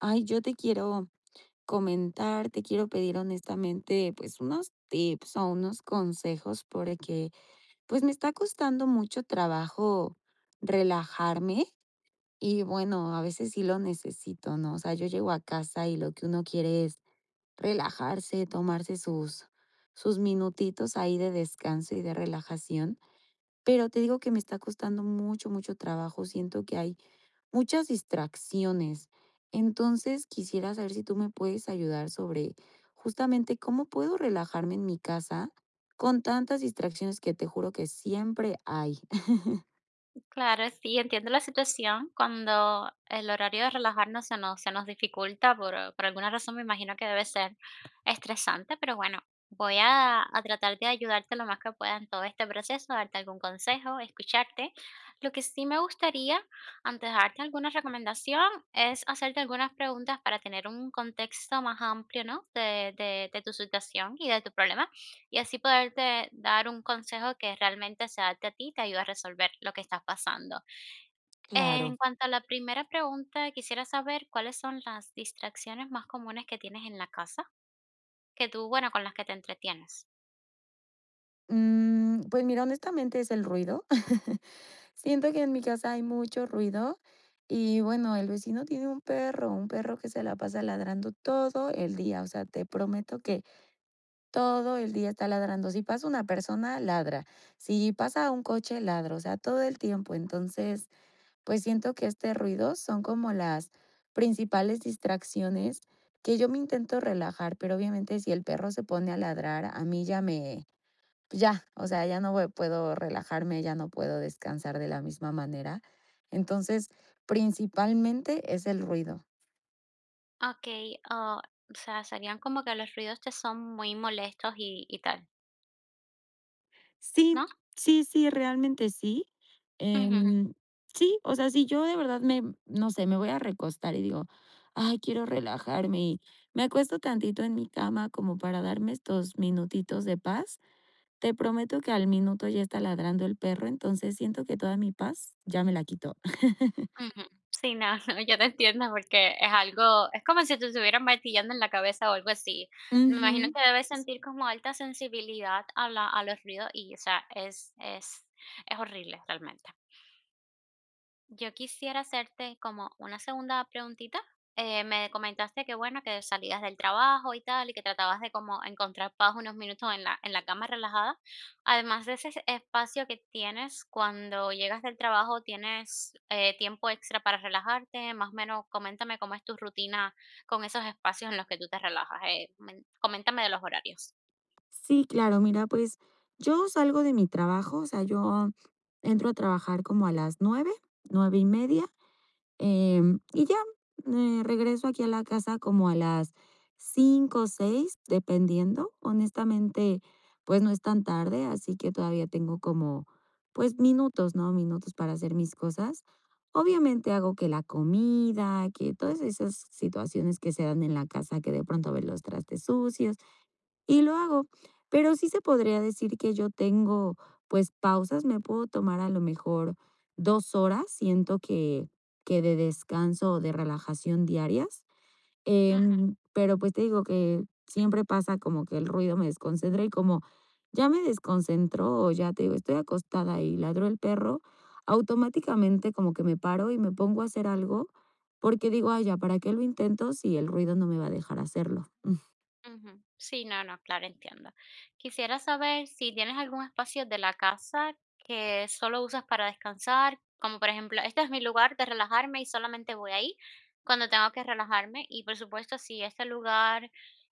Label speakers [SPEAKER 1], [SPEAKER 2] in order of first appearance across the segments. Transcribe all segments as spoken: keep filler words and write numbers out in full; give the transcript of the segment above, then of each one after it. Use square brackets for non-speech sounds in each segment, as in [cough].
[SPEAKER 1] Ay, yo te quiero comentar, te quiero pedir honestamente, pues unos tips o unos consejos porque pues me está costando mucho trabajo relajarme. Y bueno, a veces sí lo necesito, ¿no? O sea, yo llego a casa y lo que uno quiere es relajarse, tomarse sus sus minutitos ahí de descanso y de relajación, pero te digo que me está costando mucho, mucho trabajo, siento que hay muchas distracciones. Entonces, quisiera saber si tú me puedes ayudar sobre justamente cómo puedo relajarme en mi casa con tantas distracciones que te juro que siempre hay. [laughs]
[SPEAKER 2] Claro, sí, entiendo la situación cuando el horario de relajarnos se nos, se nos dificulta por, eh, por alguna razón, me imagino que debe ser estresante, pero bueno, voy a, a tratar de ayudarte lo más que pueda en todo este proceso, darte algún consejo, escucharte. Lo que sí me gustaría, antes de darte alguna recomendación, es hacerte algunas preguntas para tener un contexto más amplio, ¿no? De, de de tu situación y de tu problema, y así poderte dar un consejo que realmente se adapte a ti y te ayude a resolver lo que estás pasando.
[SPEAKER 1] Claro.
[SPEAKER 2] En cuanto a la primera pregunta, quisiera saber cuáles son las distracciones más comunes que tienes en la casa, que tú, bueno, con las que te entretienes.
[SPEAKER 1] Mm, pues mira, honestamente es el ruido. [laughs] Siento que en mi casa hay mucho ruido y bueno, el vecino tiene un perro, un perro que se la pasa ladrando todo el día. O sea, te prometo que todo el día está ladrando. Si pasa una persona, ladra. Si pasa un coche, ladra. O sea, todo el tiempo. Entonces, pues siento que este ruido son como las principales distracciones, que yo me intento relajar, pero obviamente si el perro se pone a ladrar, a mí ya me, ya, o sea, ya no voy- puedo relajarme, ya no puedo descansar de la misma manera. Entonces, principalmente es el ruido.
[SPEAKER 2] Ok, ah, o sea, serían como que los ruidos te son muy molestos y, y tal,
[SPEAKER 1] Sí,
[SPEAKER 2] ¿no?
[SPEAKER 1] sí, sí, realmente sí.
[SPEAKER 2] Ujú.
[SPEAKER 1] Em, sí, o sea, si yo de verdad me, no sé, me voy a recostar y digo, ay, quiero relajarme y me acuesto tantito en mi cama como para darme estos minutitos de paz, te prometo que al minuto ya está ladrando el perro, entonces siento que toda mi paz ya me la quitó.
[SPEAKER 2] Ujú. Sí, no, no, yo te entiendo porque es algo, es como si te estuvieran martillando en la cabeza o algo así. Me imagino
[SPEAKER 1] Ujú.
[SPEAKER 2] que debes sentir como alta sensibilidad a la, a los ruidos y, o sea, es, es, es horrible realmente. Yo quisiera hacerte como una segunda preguntita. Eh, me comentaste que bueno, que salías del trabajo y tal, y que tratabas de como encontrar paz unos minutos en la, en la cama relajada. Además de ese espacio que tienes cuando llegas del trabajo, ¿tienes eh, tiempo extra para relajarte? Más o menos, coméntame cómo es tu rutina con esos espacios en los que tú te relajas. Eh, men- coméntame de los horarios.
[SPEAKER 1] Sí, claro, mira, pues yo salgo de mi trabajo, o sea, yo entro a trabajar como a las nueve, nueve y media. Em, y ya, eh, regreso aquí a la casa como a las cinco o seis dependiendo. Honestamente, pues no es tan tarde, así que todavía tengo como, pues, minutos, ¿no? Minutos para hacer mis cosas. Obviamente hago que la comida, que todas esas situaciones que se dan en la casa, que de pronto ven los trastes sucios y lo hago, pero sí se podría decir que yo tengo, pues, pausas, me puedo tomar a lo mejor dos horas, siento que que de descanso o de relajación diarias. Em, pero, pues, te digo que siempre pasa como que el ruido me desconcentra y como ya me desconcentró o ya, te digo, estoy acostada y ladró el perro, automáticamente como que me paro y me pongo a hacer algo, porque digo: "Ay, ya, ¿para qué lo intento si el ruido no me va a dejar hacerlo?".
[SPEAKER 2] Ujú. Sí, no, no, claro, entiendo. Quisiera saber si tienes algún espacio de la casa que solo usas para descansar, como por ejemplo, este es mi lugar de relajarme y solamente voy ahí cuando tengo que relajarme. Y por supuesto, si este lugar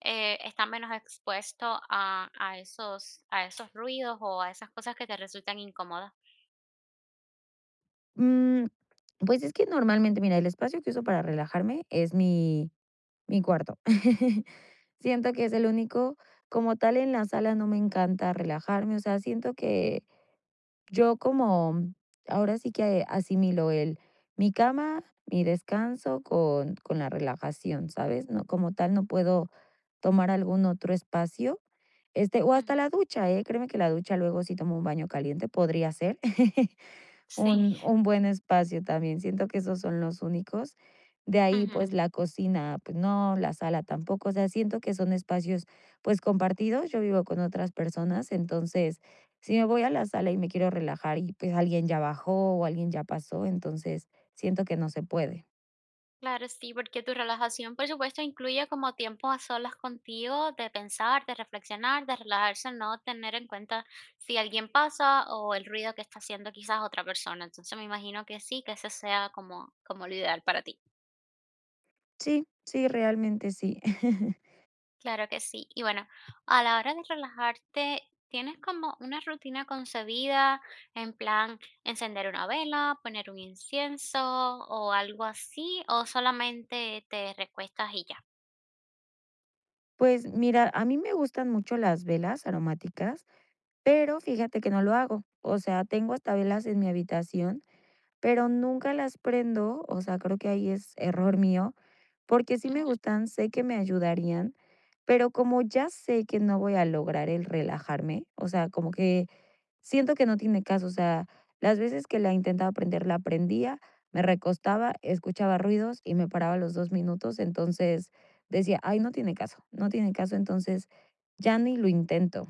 [SPEAKER 2] eh, está menos expuesto a, a esos, a esos ruidos o a esas cosas que te resultan incómodas.
[SPEAKER 1] Mm, pues es que normalmente, mira, el espacio que uso para relajarme es mi, mi cuarto. [laughs] Siento que es el único, como tal en la sala no me encanta relajarme, o sea, siento que yo como, ahora sí que asimilo el, mi cama, mi descanso con, con la relajación, ¿sabes? No, como tal no puedo tomar algún otro espacio. Este, o hasta
[SPEAKER 2] Ujú.
[SPEAKER 1] la ducha, ¿eh? Créeme que la ducha luego si tomo un baño caliente podría ser. [laughs]
[SPEAKER 2] Sí.
[SPEAKER 1] Un un buen espacio también, siento que esos son los únicos. De ahí,
[SPEAKER 2] Ujú.
[SPEAKER 1] pues, la cocina, pues no, la sala tampoco, o sea, siento que son espacios, pues, compartidos. Yo vivo con otras personas, entonces, si me voy a la sala y me quiero relajar y, pues, alguien ya bajó o alguien ya pasó, entonces, siento que no se puede.
[SPEAKER 2] Claro, sí, porque tu relajación, por supuesto, incluye como tiempo a solas contigo, de pensar, de reflexionar, de relajarse, no tener en cuenta si alguien pasa o el ruido que está haciendo quizás otra persona. Entonces me imagino que sí, que eso sea como, como lo ideal para ti.
[SPEAKER 1] Sí, sí, realmente sí. [laughs]
[SPEAKER 2] Claro que sí. Y bueno, a la hora de relajarte, ¿tienes como una rutina concebida en plan encender una vela, poner un incienso o algo así? ¿O solamente te recuestas y ya?
[SPEAKER 1] Pues mira, a mí me gustan mucho las velas aromáticas, pero fíjate que no lo hago. O sea, tengo hasta velas en mi habitación, pero nunca las prendo, o sea, creo que ahí es error mío, porque sí me
[SPEAKER 2] Mm.
[SPEAKER 1] gustan, sé que me ayudarían, pero como ya sé que no voy a lograr el relajarme, o sea, como que siento que no tiene caso, o sea, las veces que la intentaba aprender, la aprendía, me recostaba, escuchaba ruidos y me paraba a los dos minutos, entonces decía, ay, no tiene caso, no tiene caso, entonces ya ni lo intento.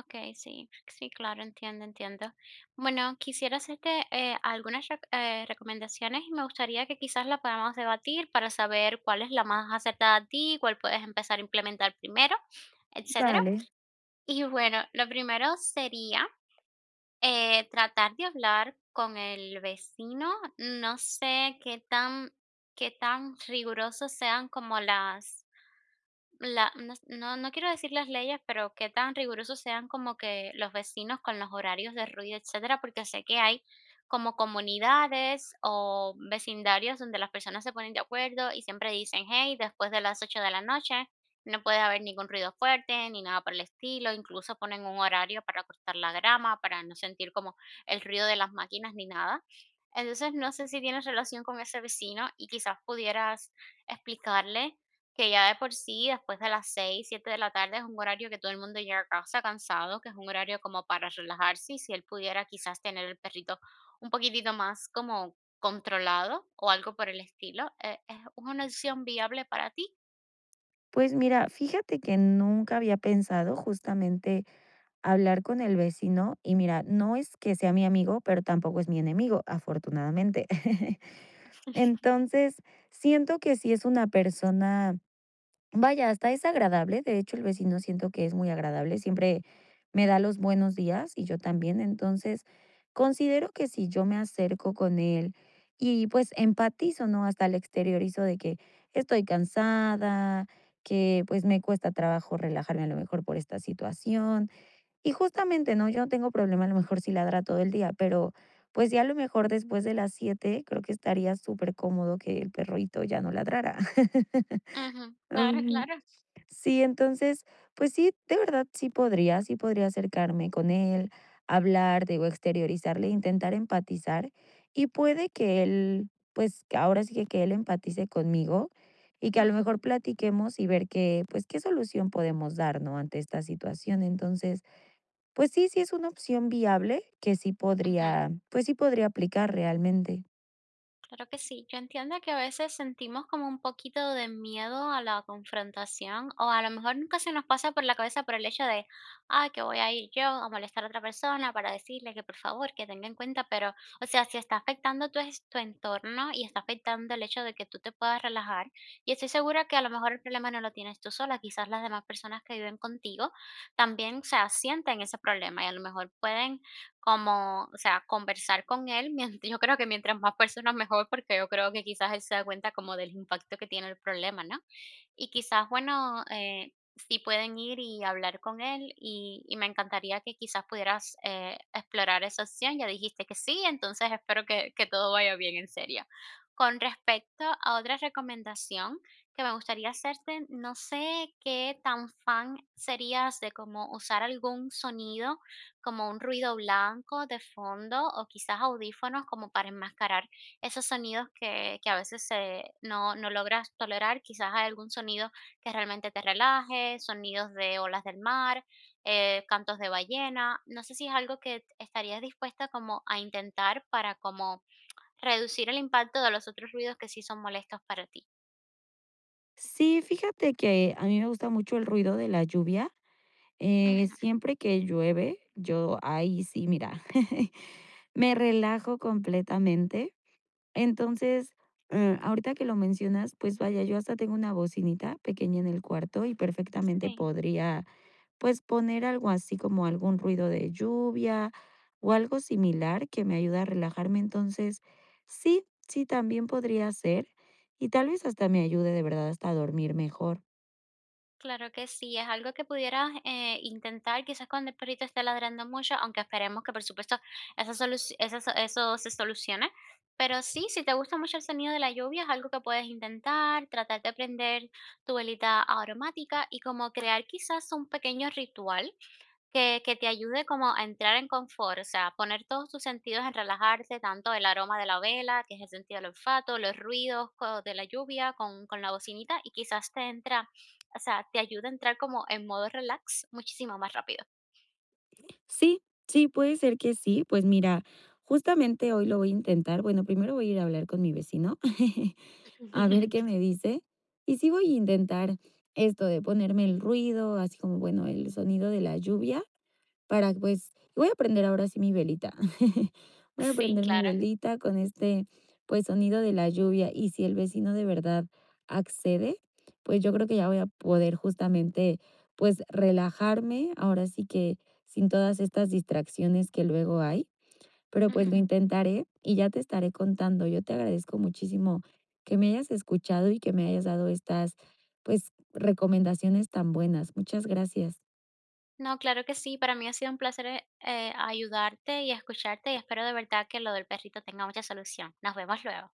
[SPEAKER 2] Okey, sí, sí, claro, entiendo, entiendo. Bueno, quisiera hacerte, eh, algunas rec eh, recomendaciones y me gustaría que quizás la podamos debatir para saber cuál es la más acertada a ti, cuál puedes empezar a implementar primero, etcétera.
[SPEAKER 1] Vale,
[SPEAKER 2] Y bueno, lo primero sería, eh, tratar de hablar con el vecino. No sé qué tan qué tan rigurosos sean como las la no no no quiero decir las leyes, pero qué tan rigurosos sean como que los vecinos con los horarios de ruido, etcétera, porque sé que hay como comunidades o vecindarios donde las personas se ponen de acuerdo y siempre dicen: "Hey, después de las ocho de la noche no puede haber ningún ruido fuerte ni nada por el estilo". Incluso ponen un horario para cortar la grama, para no sentir como el ruido de las máquinas ni nada. Entonces, no sé si tienes relación con ese vecino y quizás pudieras explicarle que ya de por sí, después de las seis siete de la tarde es un horario que todo el mundo llega a casa cansado, que es un horario como para relajarse, y si él pudiera quizás tener el perrito un poquitito más como controlado o algo por el estilo, eh, ¿es una opción viable para ti?
[SPEAKER 1] pues mira, fíjate que nunca había pensado justamente hablar con el vecino. Y mira, no es que sea mi amigo, pero tampoco es mi enemigo, afortunadamente. [laughs] Entonces, siento que si es una persona, vaya, hasta es agradable. De hecho, el vecino siento que es muy agradable, siempre me da los buenos días y yo también. Entonces, considero que si yo me acerco con él y pues empatizo, ¿no? Hasta el exteriorizo de que estoy cansada, que pues me cuesta trabajo relajarme a lo mejor por esta situación y justamente, ¿no? Yo no tengo problema a lo mejor si ladra todo el día, pero pues ya a lo mejor después de las siete creo que estaría súper cómodo que el perrito ya no ladrara. [laughs]
[SPEAKER 2] Ujú, claro,
[SPEAKER 1] Ujú.
[SPEAKER 2] claro.
[SPEAKER 1] Sí, entonces, pues sí, de verdad sí podría, sí podría acercarme con él, hablar, digo, exteriorizarle, intentar empatizar y puede que él, pues que ahora sí que, que él empatice conmigo y que a lo
[SPEAKER 2] Ujú,
[SPEAKER 1] mejor platiquemos y ver qué, pues qué solución podemos dar, ¿no? Ante esta situación. Entonces, pues sí, sí es una opción viable, que sí
[SPEAKER 2] ujú.
[SPEAKER 1] podría, pues sí podría aplicar realmente.
[SPEAKER 2] Claro que sí, yo entiendo que a veces sentimos como un poquito de miedo a la confrontación o a lo mejor nunca se nos pasa por la cabeza por el hecho de, ah, que voy a ir yo a molestar a otra persona para decirle que por favor, que tenga en cuenta, pero, o sea, si está afectando tu, es- tu entorno y está afectando el hecho de que tú te puedas relajar, y estoy segura que a lo mejor el problema no lo tienes tú sola, quizás las demás personas que viven contigo también, o sea, sienten ese problema y a lo mejor pueden como, o sea, conversar con él, mien [laughs] yo creo que mientras más personas mejor, porque yo creo que quizás él se da cuenta como del impacto que tiene el problema, ¿no? Y quizás, bueno, eh, sí pueden ir y hablar con él, y, y me encantaría que quizás pudieras eh, explorar esa opción. Ya dijiste que sí, entonces espero que, que todo vaya bien en serio. Con respecto a otra recomendación que me gustaría hacerte, no sé qué tan fan serías de como usar algún sonido, como un ruido blanco de fondo o quizás audífonos como para enmascarar esos sonidos que que a veces se no no logras tolerar, quizás hay algún sonido que realmente te relaje, sonidos de olas del mar, eh, cantos de ballena. No sé si es algo que estarías dispuesta como a intentar para como reducir el impacto de los otros ruidos que sí son molestos para ti.
[SPEAKER 1] Sí, fíjate que a mí me gusta mucho el ruido de la lluvia. Eh,
[SPEAKER 2] Ujú.
[SPEAKER 1] siempre que llueve, yo ahí sí, mira, [laughs] me relajo completamente. Entonces, eh, ahorita que lo mencionas, pues vaya, yo hasta tengo una bocinita pequeña en el cuarto y perfectamente
[SPEAKER 2] Sí.
[SPEAKER 1] podría, pues, poner algo así como algún ruido de lluvia o algo similar que me ayude a relajarme. Entonces, sí, sí, también podría ser. Y tal vez hasta me ayude de verdad hasta a dormir mejor.
[SPEAKER 2] Claro que sí, es algo que pudieras eh, intentar quizás cuando el perrito esté ladrando mucho, aunque esperemos que por supuesto esa solu- esa so- eso se solucione. Pero sí, si te gusta mucho el sonido de la lluvia, es algo que puedes intentar, tratar de prender tu velita aromática y como crear quizás un pequeño ritual que que te ayude como a entrar en confort, o sea, poner todos tus sentidos en relajarte, tanto el aroma de la vela, que es el sentido del olfato, los ruidos co- de la lluvia con, con la bocinita y quizás te entra, o sea, te ayuda a entrar como en modo relax muchísimo más rápido.
[SPEAKER 1] Sí, sí, puede ser que sí. Pues mira, justamente hoy lo voy a intentar. Bueno, primero voy a ir a hablar con mi vecino. [laughs] A ver qué
[SPEAKER 2] [laughs]
[SPEAKER 1] me dice. Y sí voy a intentar esto de ponerme el ruido, así como, bueno, el sonido de la lluvia. Para, pues, voy a prender ahora sí mi velita. [laughs] Voy a
[SPEAKER 2] Sí,
[SPEAKER 1] prender mi
[SPEAKER 2] claro.
[SPEAKER 1] velita con este, pues, sonido de la lluvia. Y si el vecino de verdad accede, pues yo creo que ya voy a poder justamente, pues, relajarme, ahora sí que sin todas estas distracciones que luego hay, pero pues lo
[SPEAKER 2] Ujú.
[SPEAKER 1] intentaré y ya te estaré contando. Yo te agradezco muchísimo que me hayas escuchado y que me hayas dado estas, pues, recomendaciones tan buenas. Muchas gracias.
[SPEAKER 2] No, claro que sí, para mí ha sido un placer eh, eh, ayudarte y escucharte y espero de verdad que lo del perrito tenga mucha solución. Nos vemos luego.